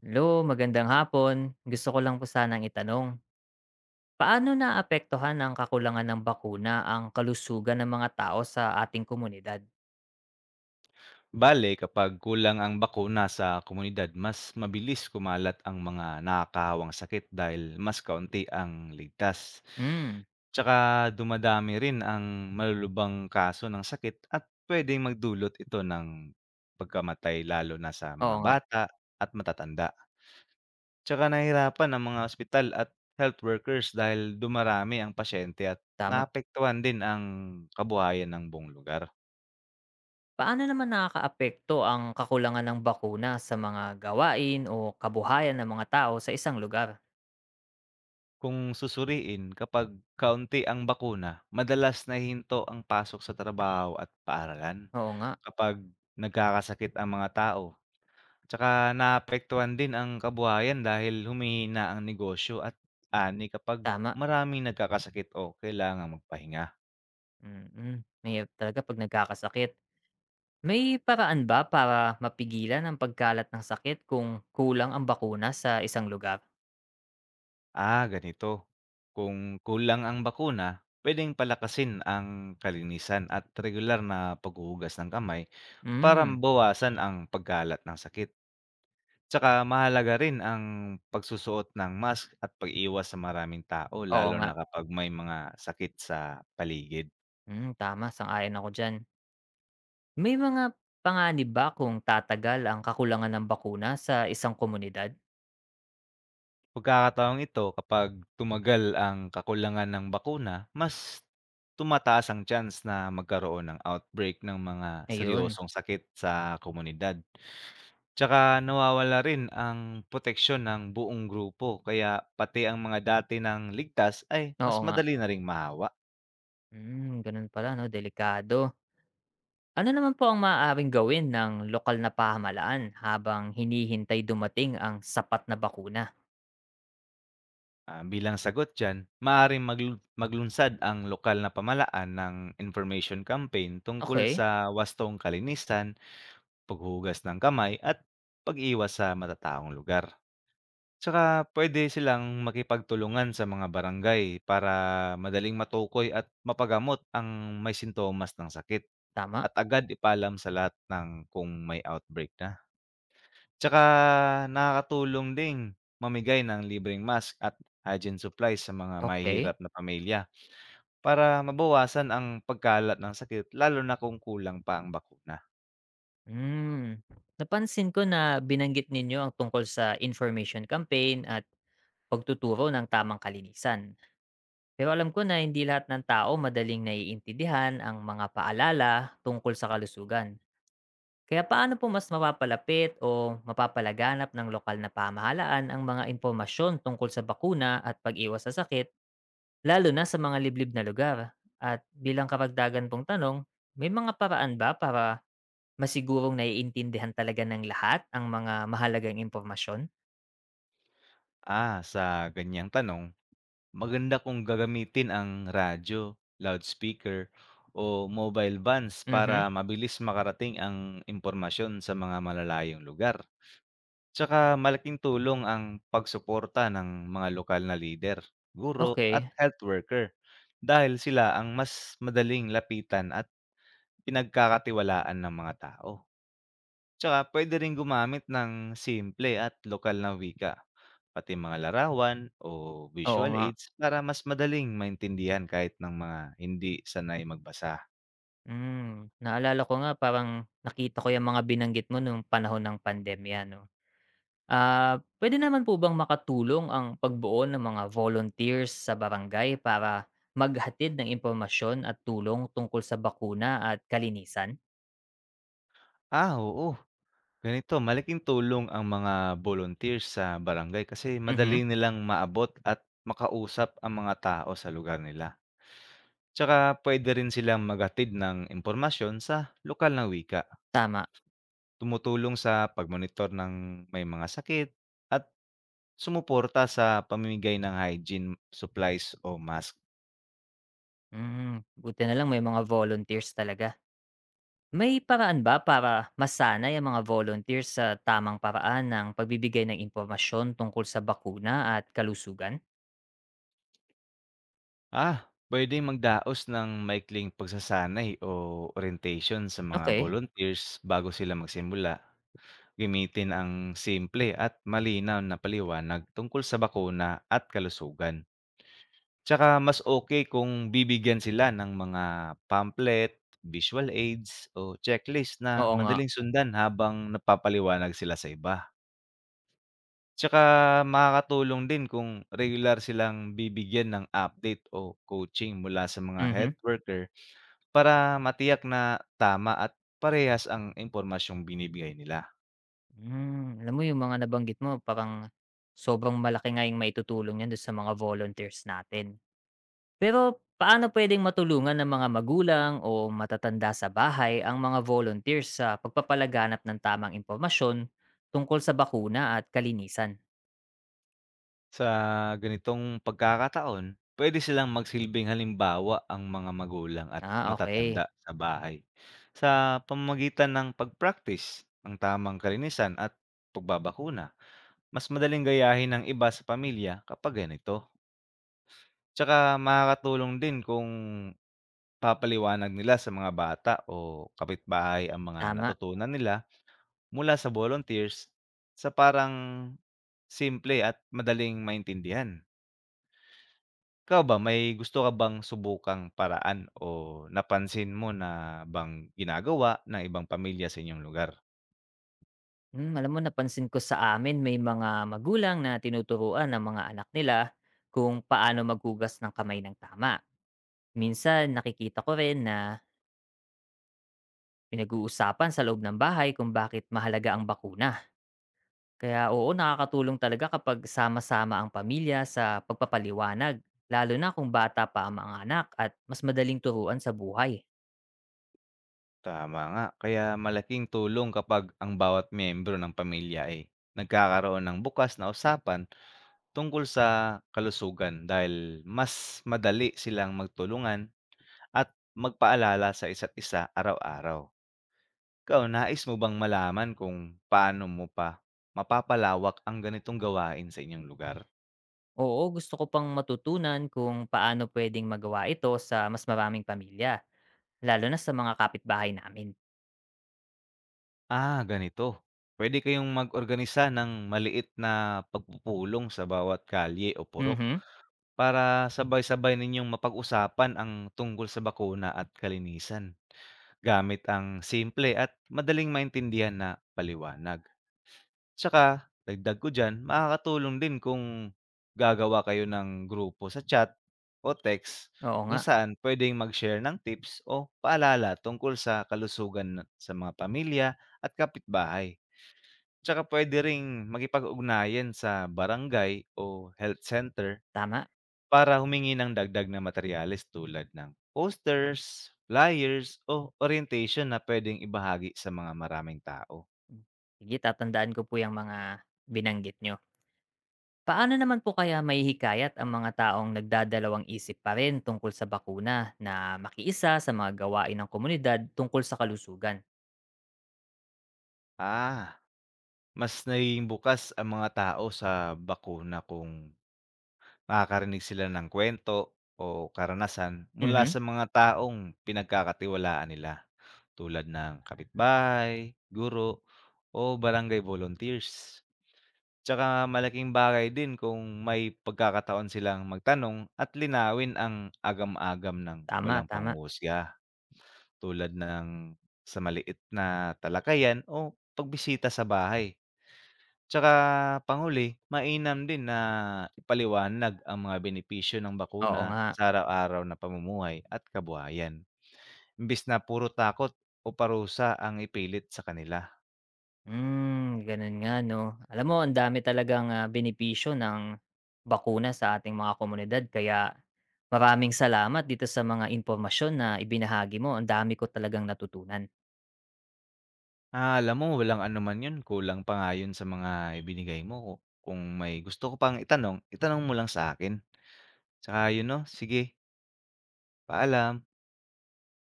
Hello, magandang hapon. Gusto ko lang po sanang itanong, paano naapektuhan ng kakulangan ng bakuna ang kalusugan ng mga tao sa ating komunidad? Bale, kapag kulang ang bakuna sa komunidad, mas mabilis kumalat ang mga nakakahawang sakit dahil mas kaunti ang ligtas. Hmm. Tsaka dumadami rin ang malulubang kaso ng sakit at pwedeng magdulot ito ng pagkamatay lalo na sa Oo mga nga. bata at matatanda. Tsaka nahihirapan ang mga ospital at health workers dahil dumarami ang pasyente at Tama. naapektuhan din ang kabuhayan ng buong lugar. Paano naman nakakaapekto ang kakulangan ng bakuna sa mga gawain o kabuhayan ng mga tao sa isang lugar? Kung susuriin, kapag kaunti ang bakuna, madalas nahihinto ang pasok sa trabaho at paaralan. Oo nga. Kapag nagkakasakit ang mga tao, tsaka naapektuhan din ang kabuhayan dahil humihina ang negosyo at ani kapag Tama. maraming nagkakasakit o kailangang magpahinga. Mm-mm, mahirap talaga pag nagkakasakit. May paraan ba para mapigilan ang pagkalat ng sakit kung kulang ang bakuna sa isang lugar? Ah, ganito. Kung kulang ang bakuna, pwedeng palakasin ang kalinisan at regular na paghuhugas ng kamay para Hmm, mabawasan ang pagkalat ng sakit. Tsaka mahalaga rin ang pagsusuot ng mask at pag-iwas sa maraming tao oo lalo nga. na kapag may mga sakit sa paligid. Hmm, tama, sang-ayon ako diyan. May mga panganib ba kung tatagal ang kakulangan ng bakuna sa isang komunidad? Pagkakataong ito, kapag tumagal ang kakulangan ng bakuna, mas tumataas ang chance na magkaroon ng outbreak ng mga Ayun. seryosong sakit sa komunidad. Tsaka nawawala rin ang proteksyon ng buong grupo, kaya pati ang mga dati ng ligtas ay mas Oo nga. madali na ring mahawa. Hmm, ganun pala 'no, delikado. Ano naman po ang maaaring gawin ng lokal na pamahalaan habang hinihintay dumating ang sapat na bakuna? Ah, bilang sagot diyan, maaaring maglunsad ang lokal na pamalaan ng information campaign tungkol Okay. sa wastong kalinisan, paghugas ng kamay at pag-iwas sa matataong lugar. Tsaka pwede silang makipagtulungan sa mga barangay para madaling matukoy at mapagamot ang may sintomas ng sakit, Tama. at agad ipaalam sa lahat ng kung may outbreak na. Tsaka nakakatulong ding mamigay ng libreng mask at hygiene supplies sa mga Okay. mahihirap na pamilya para mabawasan ang pagkalat ng sakit, lalo na kung kulang pa ang bakuna. Hmm, napansin ko na binanggit ninyo ang tungkol sa information campaign at pagtuturo ng tamang kalinisan. Pero alam ko na hindi lahat ng tao madaling naiintindihan ang mga paalala tungkol sa kalusugan. Kaya paano po mas mapapalapit o mapapalaganap ng lokal na pamahalaan ang mga impormasyon tungkol sa bakuna at pag-iwas sa sakit, lalo na sa mga liblib na lugar? At bilang kapagdagan pong tanong, may mga paraan ba para masigurong naiintindihan talaga ng lahat ang mga mahalagang impormasyon? Ah, sa ganyang tanong, maganda kung gagamitin ang radyo, loudspeaker, o mobile vans para Mhm. mabilis makarating ang impormasyon sa mga malalayong lugar. Tsaka malaking tulong ang pagsuporta ng mga lokal na leader, guro at Okay. health worker, dahil sila ang mas madaling lapitan at pinagkakatiwalaan ng mga tao. Tsaka pwede rin gumamit ng simple at lokal na wika, pati mga larawan o Oo visual nga. aids para mas madaling maintindihan kahit ng mga hindi sanay magbasa. Hmm, naalala ko nga, parang nakita ko yung mga binanggit mo nung panahon ng pandemya 'no. Ah, pwede naman po bang makatulong ang pagbuo ng mga volunteers sa barangay para maghatid ng impormasyon at tulong tungkol sa bakuna at kalinisan? Ah, oo. Ganito, malaking tulong ang mga volunteers sa barangay kasi Mhm. madali nilang maabot at makausap ang mga tao sa lugar nila. Tsaka pwede rin silang maghatid ng impormasyon sa lokal na wika, Tama. tumutulong sa pagmonitor ng may mga sakit, at sumuporta sa pamimigay ng hygiene supplies o mask. Hmm, buti na lang may mga volunteers talaga. May paraan ba para masanay ang mga volunteers sa tamang paraan ng pagbibigay ng impormasyon tungkol sa bakuna at kalusugan? Ah, pwede magdaos ng maikling pagsasanay o orientation sa mga Okay. volunteers bago sila magsimula. Gamitin ang simple at malinaw na paliwanag tungkol sa bakuna at kalusugan. Tsaka mas okay kung bibigyan sila ng mga pamphlet, visual aids o checklist na Oo nga. madaling sundan habang napapaliwanag sila sa iba. Tsaka makakatulong din kung regular silang bibigyan ng update o coaching mula sa mga Mhm. health worker, para matiyak na tama at parehas ang impormasyong binibigay nila. Hmm, alam mo yung mga nabanggit mo, parang sobrang malaki nga yung maitutulong niyan do'n sa mga volunteers natin. Pero paano puwedeng matulungan ng mga magulang o matatanda sa bahay ang mga volunteers sa pagpapalaganap ng tamang impormasyon tungkol sa bakuna at kalinisan? Sa ganitong pagkakataon, pwede silang magsilbing halimbawa ang mga magulang at Ah, matatanda okay. sa bahay sa pamamagitan ng pag-praktis ng tamang kalinisan at pagbabakuna. Mas madaling gayahin ng iba sa pamilya kapag ganito. Tsaka makakatulong din kung papaliwanag nila sa mga bata o kapitbahay ang mga Tama. natutunan nila mula sa volunteers sa parang simple at madaling maintindihan. Ikaw ba, may gusto ka bang subukang paraan o napansin mo na bang ginagawa ng ibang pamilya sa inyong lugar? Hmm, alam mo, napansin ko sa amin may mga magulang na tinuturuan ang mga anak nila kung paano maghugas ng kamay ng tama. Minsan nakikita ko rin na pinag-uusapan sa loob ng bahay kung bakit mahalaga ang bakuna. Kaya oo, nakakatulong talaga kapag sama-sama ang pamilya sa pagpapaliwanag, lalo na kung bata pa ang mga anak at mas madaling turuan sa buhay. Tama nga, kaya malaking tulong kapag ang bawat miyembro ng pamilya ay nagkakaroon ng bukas na usapan tungkol sa kalusugan, dahil mas madali silang magtulungan at magpaalala sa isa't isa araw-araw. Ikaw, nais mo bang malaman kung paano mo pa mapapalawak ang ganitong gawain sa inyong lugar? Oo, gusto ko pang matutunan kung paano pwedeng magawa ito sa mas maraming pamilya, lalo na sa mga kapitbahay namin. Ah, ganito. Pwede kayong mag-organisa ng maliit na pagpupulong sa bawat kalye o purok Mhm. para sabay-sabay ninyong mapag-usapan ang tungkol sa bakuna at kalinisan. Gamit ang simple at madaling maintindihan na paliwanag. Tsaka, dagdag ko dyan, makakatulong din kung gagawa kayo ng grupo sa chat o text, Oo kung nga. saan pwedeng mag-share ng tips o paalala tungkol sa kalusugan sa mga pamilya at kapitbahay. Tsaka puwede ring makipag-ugnayan sa barangay o health center Tama. para humingi ng dagdag na materyales tulad ng posters, flyers, o orientation na puwedeng ibahagi sa mga maraming tao. Sige, tatandaan ko po yung mga binanggit nyo. Paano naman po kaya mahihikayat ang mga taong nagdadalawang isip pa rin tungkol sa bakuna na makiisa sa mga gawain ng komunidad tungkol sa kalusugan? Ah, mas nagiging bukas ang mga tao sa bakuna kung nakakarinig sila ng kwento o karanasan mula Mhm. sa mga taong pinagkakatiwalaan nila, tulad ng kapitbahay, guro, o barangay volunteers. Tsaka malaking bagay din kung may pagkakataon silang magtanong at linawin ang agam-agam ng Tama, walang tama. panghuhusga, tulad ng sa maliit na talakayan o pagbisita sa bahay. Tsaka panghuli, mainam din na ipaliwanag ang mga benepisyo ng Oo bakuna nga. sa araw-araw na pamumuhay at kabuhayan, imbis na puro takot o parusa ang ipilit sa kanila. Hmm, ganun nga 'no. Alam mo, ang dami talagang, benepisyo ng bakuna sa ating mga komunidad, kaya maraming salamat dito sa mga impormasyon na ibinahagi mo. Ang dami ko talagang natutunan. Ah, alam mo, walang anuman 'yun, kulang pa nga 'yun sa mga ibinigay mo. Kung may gusto ko pang itanong, itanong mo lang sa akin. Tsaka 'yun 'no, sige, paalam.